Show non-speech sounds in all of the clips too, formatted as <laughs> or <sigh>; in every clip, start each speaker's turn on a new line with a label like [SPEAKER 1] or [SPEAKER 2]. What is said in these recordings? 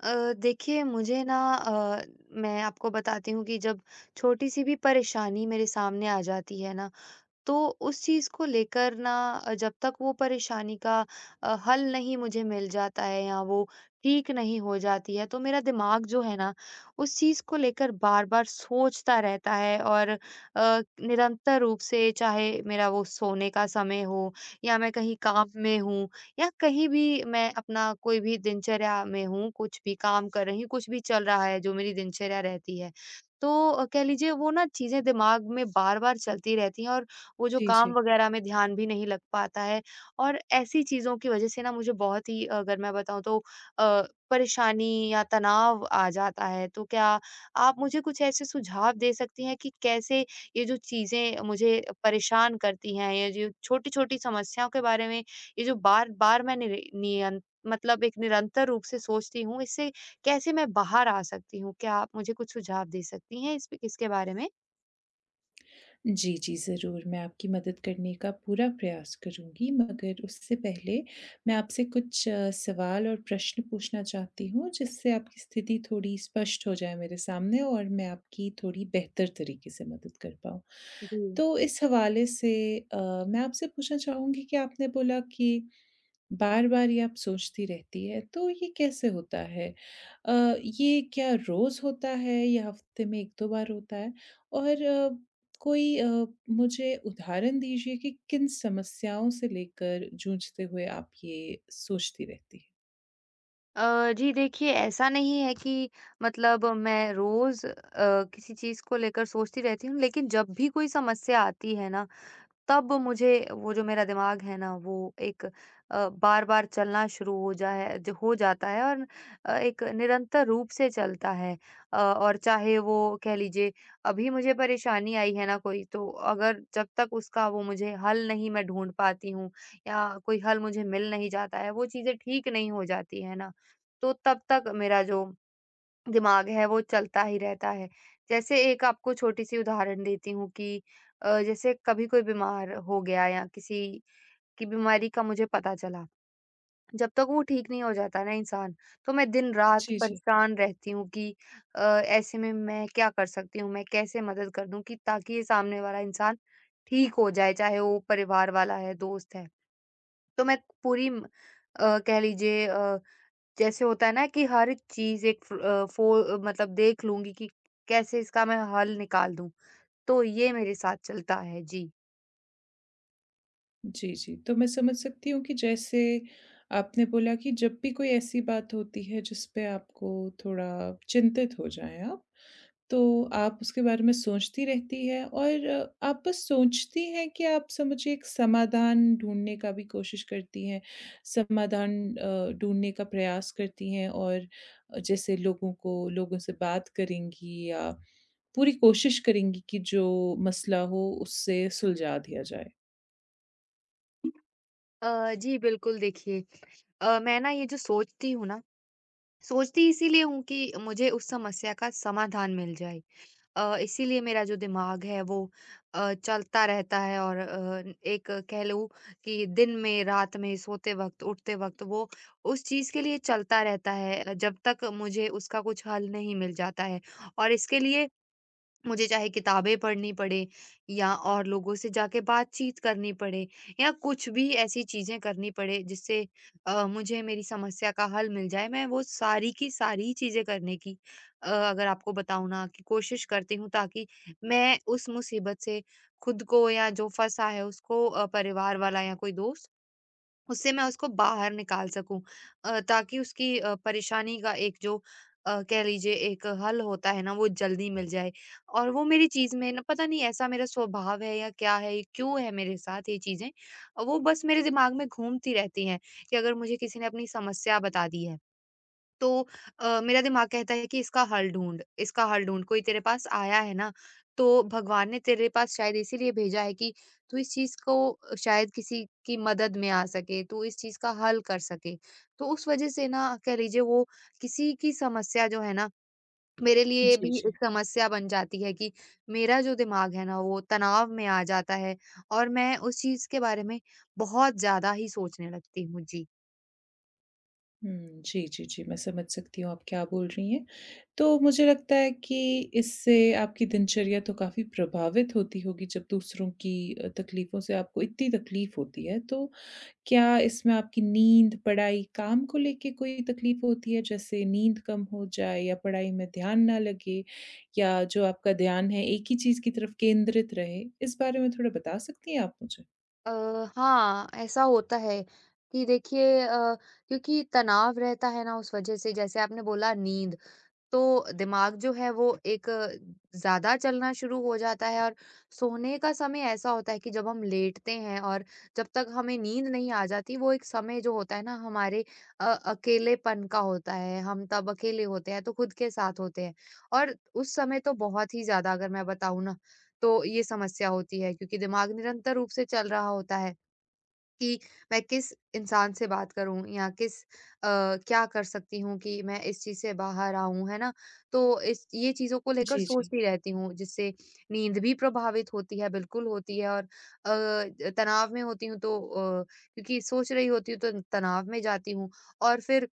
[SPEAKER 1] अ, देखिए मुझे ना मैं आपको बताती हूँ कि जब छोटी-सी भी परेशानी मेरे सामने आ जाती है ना, तो उस चीज़ को लेकर ना जब तक वो परेशानी का हल नहीं मुझे मिल जाता है या वो ठीक नहीं हो जाती है, तो मेरा दिमाग जो है ना, उस चीज़ को लेकर बार-बार सोचता रहता है और निरंतर रूप से चाहे मेरा वो सोने का समय हो या मैं कहीं काम में हूँ या कहीं भी मैं अपना कोई भी दिनचर्या में हूँ, कुछ भी काम कर रही हूँ, कुछ भी चल रहा है जो मेरी दिनचर्या रहती है। तो कह लीजिए वो ना चीज़ें दिमाग में बार-बार चलती रहती हैं और वो जो
[SPEAKER 2] जी,
[SPEAKER 1] काम
[SPEAKER 2] जी।
[SPEAKER 1] वगैरह में ध्यान भी नहीं लग पाता है, और ऐसी चीज़ों की वज़ह से ना मुझे बहुत ही, अगर मैं बताऊँ तो, अ, परेशानी या तनाव आ जाता है। तो क्या आप मुझे कुछ ऐसे सुझाव दे सकती हैं कि कैसे ये जो चीज़ें मुझे परेशान करती हैं, ये जो छोटी-छोटी समस्याओं के बारे में, ये जो बार-बार मैं निर नियन मतलब एक निरंतर रूप से सोचती हूँ, इससे कैसे मैं बाहर आ सकती हूँ? क्या आप मुझे कुछ सुझाव दे सकती हैं इस इसके बारे में?
[SPEAKER 2] जी, जी, ज़रूर, मैं आपकी मदद करने का पूरा प्रयास करूँगी, मगर उससे पहले मैं आपसे कुछ सवाल और प्रश्न पूछना चाहती हूँ, जिससे आपकी स्थिति थोड़ी स्पष्ट हो जाए मेरे सामने और मैं आपकी थोड़ी बेहतर तरीके से मदद कर पाऊँ।
[SPEAKER 1] जी।
[SPEAKER 2] तो इस हवाले से मैं आपसे पूछना चाहूँगी कि आपने बोला कि बार-बार ये आप सोचती रहती है, तो ये कैसे होता है? अ, ये क्या रोज़ होता है या हफ्ते में 1-2 बार होता है? और कोई मुझे उदाहरण दीजिए कि किन समस्याओं से लेकर जूझते हुए आप ये सोचती रहती हैं?
[SPEAKER 1] जी देखिए, ऐसा नहीं है कि मतलब मैं रोज़ किसी चीज़ को लेकर सोचती रहती हूँ, लेकिन जब भी कोई समस्या आती है ना, तब मुझे वो जो मेरा दिमाग है ना वो एक बार-बार चलना शुरू हो जाए, जो हो जाता है, और एक निरंतर रूप से चलता है। और चाहे वो, कह लीजिए, अभी मुझे परेशानी आई है ना कोई, तो अगर जब तक उसका वो मुझे हल नहीं मैं ढूँढ पाती हूँ, या कोई हल मुझे मिल नहीं जाता है, वो चीज़ें ठीक नहीं हो जाती है ना, तो तब तक मेरा जो दिमाग है वो चलता ही रहता है। जैसे एक आपको छोटी-सी उदाहरण देती हूँ कि जैसे कभी कोई बीमार हो गया या किसी की बीमारी का मुझे पता चला, जब तक वो ठीक नहीं हो जाता ना इंसान, तो मैं दिन-रात
[SPEAKER 2] जी, जी।
[SPEAKER 1] परेशान रहती हूँ कि ऐसे में मैं क्या कर सकती हूँ? मैं कैसे मदद कर दूँ कि ताकि ये सामने वाला इंसान ठीक हो जाए, चाहे वो परिवार वाला है, दोस्त है। तो मैं पूरी म कह लीजिए, जैसे होता है ना कि हर चीज़ एक फ़ अ, फ़ो मतलब देख लूँगी कि कैसे इसका मैं हल निकाल दूँ, तो ये मेरे साथ चलता है। जी।
[SPEAKER 2] जी, जी। तो मैं समझ सकती हूँ कि जैसे आपने बोला कि जब भी कोई ऐसी बात होती है जिस पे आपको थोड़ा चिंतित हो जाएँ आप तो आप उसके बारे में सोचती रहती हैं और आप बस सोचती हैं कि आप समझिए एक समाधान ढूँढने का भी कोशिश करती हैं, समाधान ढूँढने का प्रयास करती हैं और जैसे लोगों को लोगों से बात करेंगी या पूरी कोशिश करेंगी कि जो मसला हो उससे सुलझा दिया जाए।
[SPEAKER 1] जी बिल्कुल, देखिए, मैं ना ये जो सोचती हूँ ना, सोचती इसीलिए हूँ कि मुझे उस समस्या का समाधान मिल जाए। इसीलिए मेरा जो दिमाग है वो चलता रहता है, और एक कह लूं कि दिन में, रात में, सोते वक्त, उठते वक्त वो उस चीज के लिए चलता रहता है, जब तक मुझे उसका कुछ हल नहीं मिल जाता है। और इसके लिए मुझे चाहे किताबें पढ़नी पड़े, या और लोगों से जाके बातचीत करनी पड़े, या कुछ भी ऐसी चीज़ें करनी पड़े जिससे मुझे मेरी समस्या का हल मिल जाए, मैं वो सारी की सारी चीज़ें करने की, अगर आपको बताऊँ ना, कि कोशिश करती हूँ ताकि मैं उस मुसीबत से खुद को, या जो फँसा है उसको परिवार वाला या कोई दोस्त, उससे मैं उसको बाहर निकाल सकूँ, ताकि उसकी परेशानी का एक जो कह लीजिए एक हल होता है ना, वो जल्दी मिल जाए। और वो मेरी चीज़ में ना पता नहीं, ऐसा मेरा स्वभाव है या क्या है, ये क्यों है मेरे साथ ये चीज़ें। वो बस मेरे दिमाग में घूमती रहती हैं कि अगर मुझे किसी ने अपनी समस्या बता दी है, तो मेरा दिमाग कहता है कि इसका हल ढूँढ, कोई तेरे पास आया है ना, तो भगवान ने तेरे पास शायद इसीलिए भेजा है कि तू इस चीज़ को शायद किसी की मदद में आ सके, तू इस चीज़ का हल कर सके। तो उस वज़ह से ना, कह लीजिए, वो किसी की समस्या जो है ना, मेरे लिए
[SPEAKER 2] जी,
[SPEAKER 1] भी
[SPEAKER 2] जी।
[SPEAKER 1] एक समस्या बन जाती है कि मेरा जो दिमाग है ना वो तनाव में आ जाता है, और मैं उस चीज़ के बारे में बहुत ज़्यादा ही सोचने लगती हूँ। जी।
[SPEAKER 2] हुँ, जी, जी, जी, मैं समझ सकती हूँ आप क्या बोल रही हैं। तो मुझे लगता है कि इससे आपकी दिनचर्या तो काफ़ी प्रभावित होती होगी जब दूसरों की तकलीफ़ों से आपको इतनी तकलीफ़ होती है। तो क्या इसमें आपकी नींद, पढ़ाई, काम को लेके कोई तकलीफ़ होती है? जैसे नींद कम हो जाए या पढ़ाई में ध्यान ना लगे या जो आपका ध्यान है एक ही चीज़ की तरफ केंद्रित रहे? इस बारे में थोड़ा बता सकती हैं आप मुझे?
[SPEAKER 1] अ, हाँ, ऐसा होता है कि, देखिए, क्योंकि तनाव रहता है ना उस वजह से, जैसे आपने बोला नींद, तो दिमाग जो है वो एक ज़्यादा चलना शुरू हो जाता है। और सोने का समय ऐसा होता है कि जब हम लेटते हैं, और जब तक हमें नींद नहीं आ जाती, वो एक समय जो होता है ना हमारे अकेलेपन का होता है, हम तब अकेले होते हैं तो खुद के साथ होते हैं, और उस समय तो बहुत ही ज़्यादा, अगर मैं बताऊँ ना, तो ये समस्या होती है, क्योंकि दिमाग निरंतर रूप से चल रहा होता है कि मैं किस इंसान से बात करूँ, या क्या कर सकती हूँ कि मैं इस चीज़ से बाहर आऊँ, है ना? तो इस ये चीज़ों को लेकर
[SPEAKER 2] जी, जी।
[SPEAKER 1] सोचती रहती हूँ, जिससे नींद भी प्रभावित होती है, बिल्कुल होती है। और तनाव में होती हूँ तो, क्योंकि सोच रही होती हूँ तो तनाव में जाती हूँ, और फिर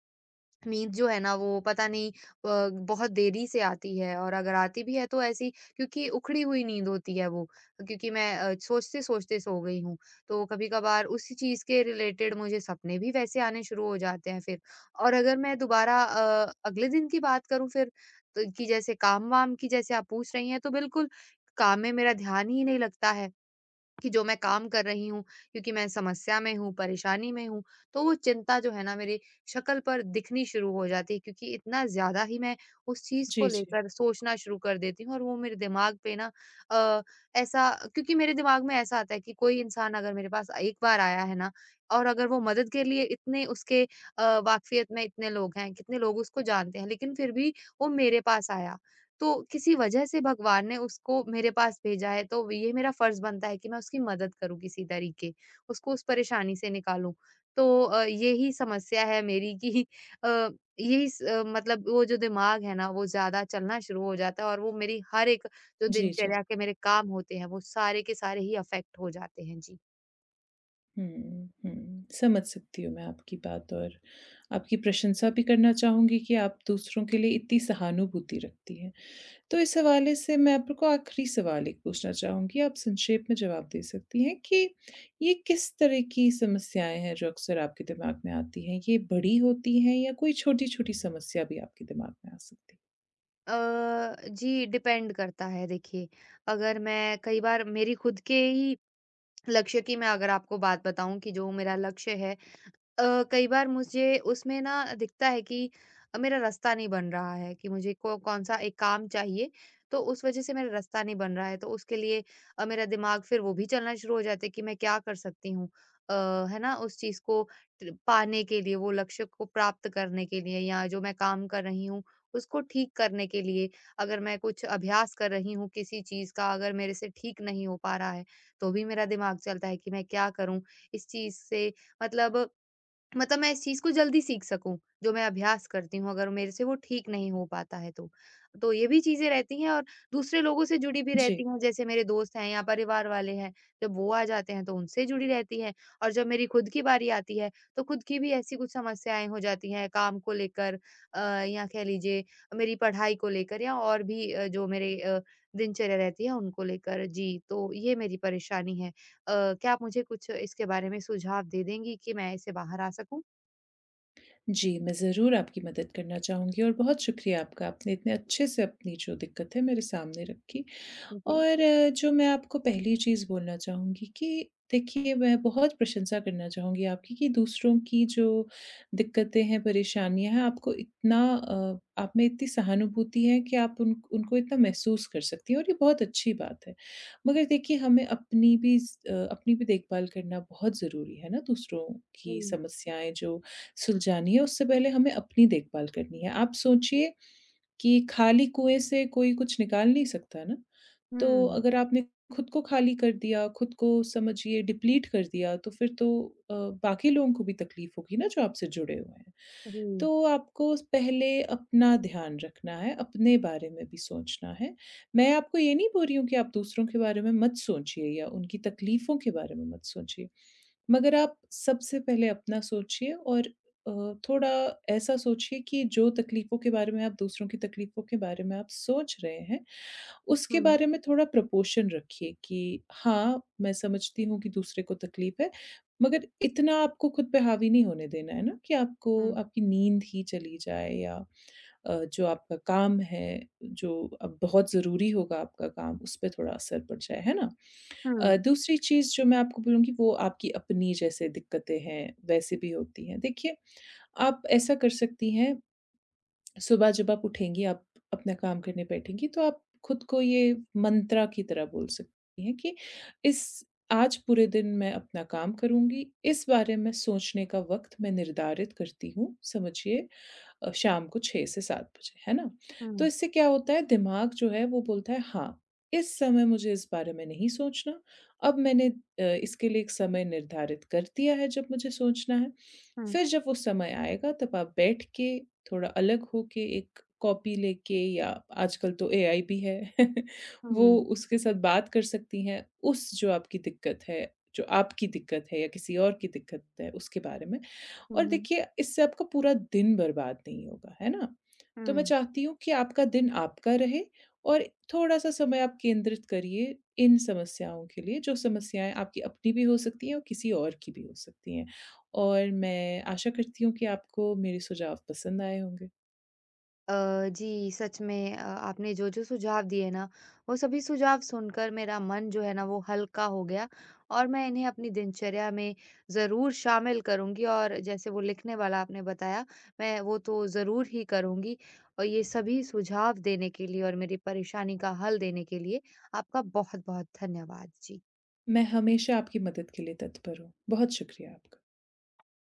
[SPEAKER 1] नींद जो है ना, वो पता नहीं बहुत देरी से आती है, और अगर आती भी है तो ऐसी, क्योंकि उखड़ी हुई नींद होती है वो, क्योंकि मैं सोचते सोचते सो गई हूँ, तो कभी कभार उसी चीज के रिलेटेड मुझे सपने भी वैसे आने शुरू हो जाते हैं फिर। और अगर मैं दोबारा, अगले दिन की बात करूं फिर, तो कि जैसे काम वाम की जैसे आप पूछ रही हैं, तो बिल्कुल काम में मेरा ध्यान ही नहीं लगता है कि जो मैं काम कर रही हूँ, क्योंकि मैं समस्या में हूँ, परेशानी में हूँ, तो वो चिंता जो है ना मेरी शक्ल पर दिखनी शुरू हो जाती है, क्योंकि इतना ज़्यादा ही मैं उस चीज़ को
[SPEAKER 2] जी, जी।
[SPEAKER 1] लेकर सोचना शुरू कर देती हूँ, और वो मेरे दिमाग पे ना अ, ऐसा, क्योंकि मेरे दिमाग में ऐसा आता है कि कोई इंसान अगर मेरे पास एक बार आया है ना, और अगर वो मदद के लिए, इतने उसके वाकफ़ियत में इतने लोग हैं, कितने लोग उसको जानते हैं, लेकिन फिर भी वो मेरे पास आया। तो किसी वजह से भगवान ने उसको मेरे पास भेजा है, तो ये मेरा फ़र्ज़ बनता है कि मैं उसकी मदद करूँ किसी तरीके, उसको उस परेशानी से निकालूँ। तो यही समस्या है मेरी कि <laughs> अ, मतलब वो जो दिमाग है ना, वो ज़्यादा चलना शुरू हो जाता है, और वो मेरी हर एक जो
[SPEAKER 2] जी, जी।
[SPEAKER 1] दिनचर्या के मेरे काम होते हैं, वो सारे के सारे ही अफ़ेक्ट हो जाते हैं। जी।
[SPEAKER 2] हुँ, हुँ। समझ सकती हूँ मैं आपकी बात और आपकी प्रशंसा भी करना चाहूँगी कि आप दूसरों के लिए इतनी सहानुभूति रखती हैं। तो इस हवाले से मैं आपको आखिरी सवाल एक पूछना चाहूँगी, आप संक्षेप में जवाब दे सकती हैं कि ये किस तरह की समस्याएँ हैं जो अक्सर आपके दिमाग में आती हैं? ये बड़ी होती हैं या कोई छोटी-छोटी समस्या भी आपके दिमाग में आ सकती है?
[SPEAKER 1] अ, जी, डिपेंड करता है, देखिए, अगर मैं कई बार मेरी खुद के ही लक्ष्य की, मैं अगर आपको बात बताऊँ, कि जो मेरा लक्ष्य है, कई बार मुझे उसमें ना दिखता है कि मेरा रास्ता नहीं बन रहा है, कि मुझे को कौन-सा एक काम चाहिए, तो उस वज़ह से मेरा रास्ता नहीं बन रहा है। तो उसके लिए मेरा दिमाग फिर वो भी चलना शुरू हो जाता है कि मैं क्या कर सकती हूँ? अ, है ना? उस चीज़ को ट पाने के लिए, वो लक्ष्य को प्राप्त करने के लिए, या जो मैं काम कर रही हूँ, उसको ठीक करने के लिए, अगर मैं कुछ अभ्यास कर रही हूँ किसी चीज़ का, अगर मेरे से ठीक नहीं हो पा रहा है, तो भी मेरा दिमाग चलता है कि मैं क्या करूँ? इस चीज़ से, मतलब, मैं इस चीज़ को जल्दी सीख सकूँ, जो मैं अभ्यास करती हूँ अगर मेरे से वो ठीक नहीं हो पाता है तो। तो ये भी चीज़ें रहती हैं, और दूसरे लोगों से जुड़ी भी
[SPEAKER 2] जी।
[SPEAKER 1] रहती हूँ, जैसे मेरे दोस्त हैं या परिवार वाले हैं, जब वो आ जाते हैं तो उनसे जुड़ी रहती है, और जब मेरी खुद की बारी आती है, तो खुद की भी ऐसी कुछ समस्याएँ हो जाती हैं काम को लेकर, अ, या कह लीजिए मेरी पढ़ाई को लेकर, या और भी जो मेरे दिनचर्या रहती है उनको लेकर। जी, तो ये मेरी परेशानी है। क्या आप मुझे कुछ इसके बारे में सुझाव दे देंगी कि मैं इससे बाहर आ सकूँ?
[SPEAKER 2] जी, मैं ज़रूर आपकी मदद करना चाहूँगी और बहुत शुक्रिया आपका, आपने इतने अच्छे से अपनी जो दिक्कत है मेरे सामने रखी।
[SPEAKER 1] जी, जी।
[SPEAKER 2] और जो मैं आपको पहली चीज़ बोलना चाहूँगी कि देखिए, मैं बहुत प्रशंसा करना चाहूँगी आपकी कि दूसरों की जो दिक्कतें हैं, परेशानियाँ हैं, आपको इतना आप में इतनी सहानुभूति है कि आप उन उनको इतना महसूस कर सकती हैं और ये बहुत अच्छी बात है। मगर देखिए, हमें अपनी भी अपनी भी देखभाल करना बहुत ज़रूरी है ना, दूसरों की
[SPEAKER 1] हुँ।
[SPEAKER 2] समस्याएँ जो सुलझानी है, उससे पहले हमें अपनी देखभाल करनी है। आप सोचिए कि खाली कुएँ से कोई कुछ निकाल नहीं सकता ना। तो अगर आपने खुद को खाली कर दिया, खुद को समझिए डिप्लीट कर दिया, तो फिर तो अ, बाकी लोगों को भी तकलीफ होगी ना जो आपसे जुड़े हुए हैं।
[SPEAKER 1] जी।
[SPEAKER 2] तो आपको पहले अपना ध्यान रखना है, अपने बारे में भी सोचना है। मैं आपको ये नहीं बोल रही हूँ कि आप दूसरों के बारे में मत सोचिए या उनकी तकलीफ़ों के बारे में मत सोचिए। मगर आप सबसे पहले अपना सोचिए और अ, थोड़ा ऐसा सोचिए कि जो तकलीफ़ों के बारे में आप दूसरों की तकलीफ़ों के बारे में आप सोच रहे हैं उसके
[SPEAKER 1] हुँ,
[SPEAKER 2] बारे में थोड़ा प्रोपोर्शन रखिए कि हाँ, मैं समझती हूँ कि दूसरे को तकलीफ़ है, मगर इतना आपको खुद पे हावी नहीं होने देना है ना कि आपको
[SPEAKER 1] हुँ,
[SPEAKER 2] आपकी नींद ही चली जाए या जो आपका काम है, जो अब बहुत ज़रूरी होगा आपका काम, उस पे थोड़ा असर पड़ जाए, है ना?
[SPEAKER 1] हुँ,
[SPEAKER 2] दूसरी चीज़ जो मैं आपको बोलूँगी वो आपकी अपनी जैसे दिक्कतें हैं, वैसे भी होती हैं। देखिए, आप ऐसा कर सकती हैं सुबह जब आप उठेंगी, आप अपना काम करने बैठेंगी, तो आप खुद को ये मंत्रा की तरह बोल सकती हैं कि इस आज पूरे दिन मैं अपना काम करूँगी, इस बारे में सोचने का वक़्त मैं निर्धारित करती हूँ। समझिए शाम को 6 से 7 बजे, है ना? तो
[SPEAKER 1] हुँ,
[SPEAKER 2] इससे क्या होता है दिमाग जो है वो बोलता है हाँ, इस समय मुझे इस बारे में नहीं सोचना, अब मैंने इसके लिए एक समय निर्धारित कर दिया है जब मुझे सोचना है।
[SPEAKER 1] हुँ,
[SPEAKER 2] फिर जब वो समय आएगा तब आप बैठ के, थोड़ा अलग होके एक कॉपी लेके या आजकल तो AI भी है <laughs> वो
[SPEAKER 1] हुँ,
[SPEAKER 2] उसके साथ बात कर सकती हैं, उस जो आपकी दिक्कत है, जो आपकी दिक्कत है या किसी और की दिक्कत है उसके बारे में। और
[SPEAKER 1] हुँ,
[SPEAKER 2] देखिए इससे आपका पूरा दिन बर्बाद नहीं होगा, है ना? तो मैं
[SPEAKER 1] हुँ।
[SPEAKER 2] चाहती हूँ कि आपका दिन आपका रहे और थोड़ा-सा समय आप केंद्रित करिए इन समस्याओं के लिए, जो समस्याएँ आपकी अपनी भी हो सकती हैं और किसी और की भी हो सकती हैं। और मैं आशा करती हूँ कि आपको मेरे सुझाव पसंद आए होंगे।
[SPEAKER 1] अ, जी, सच में आपने जो-जो सुझाव दिए ना, वो सभी सुझाव सुनकर मेरा मन जो है ना वो हल्का हो गया, और मैं इन्हें अपनी दिनचर्या में ज़रूर शामिल करूँगी, और जैसे वो लिखने वाला आपने बताया, मैं वो तो ज़रूर ही करूँगी। और ये सभी सुझाव देने के लिए और मेरी परेशानी का हल देने के लिए आपका बहुत-बहुत धन्यवाद। जी।
[SPEAKER 2] मैं हमेशा आपकी मदद के लिए तत्पर हूँ। बहुत शुक्रिया आपका।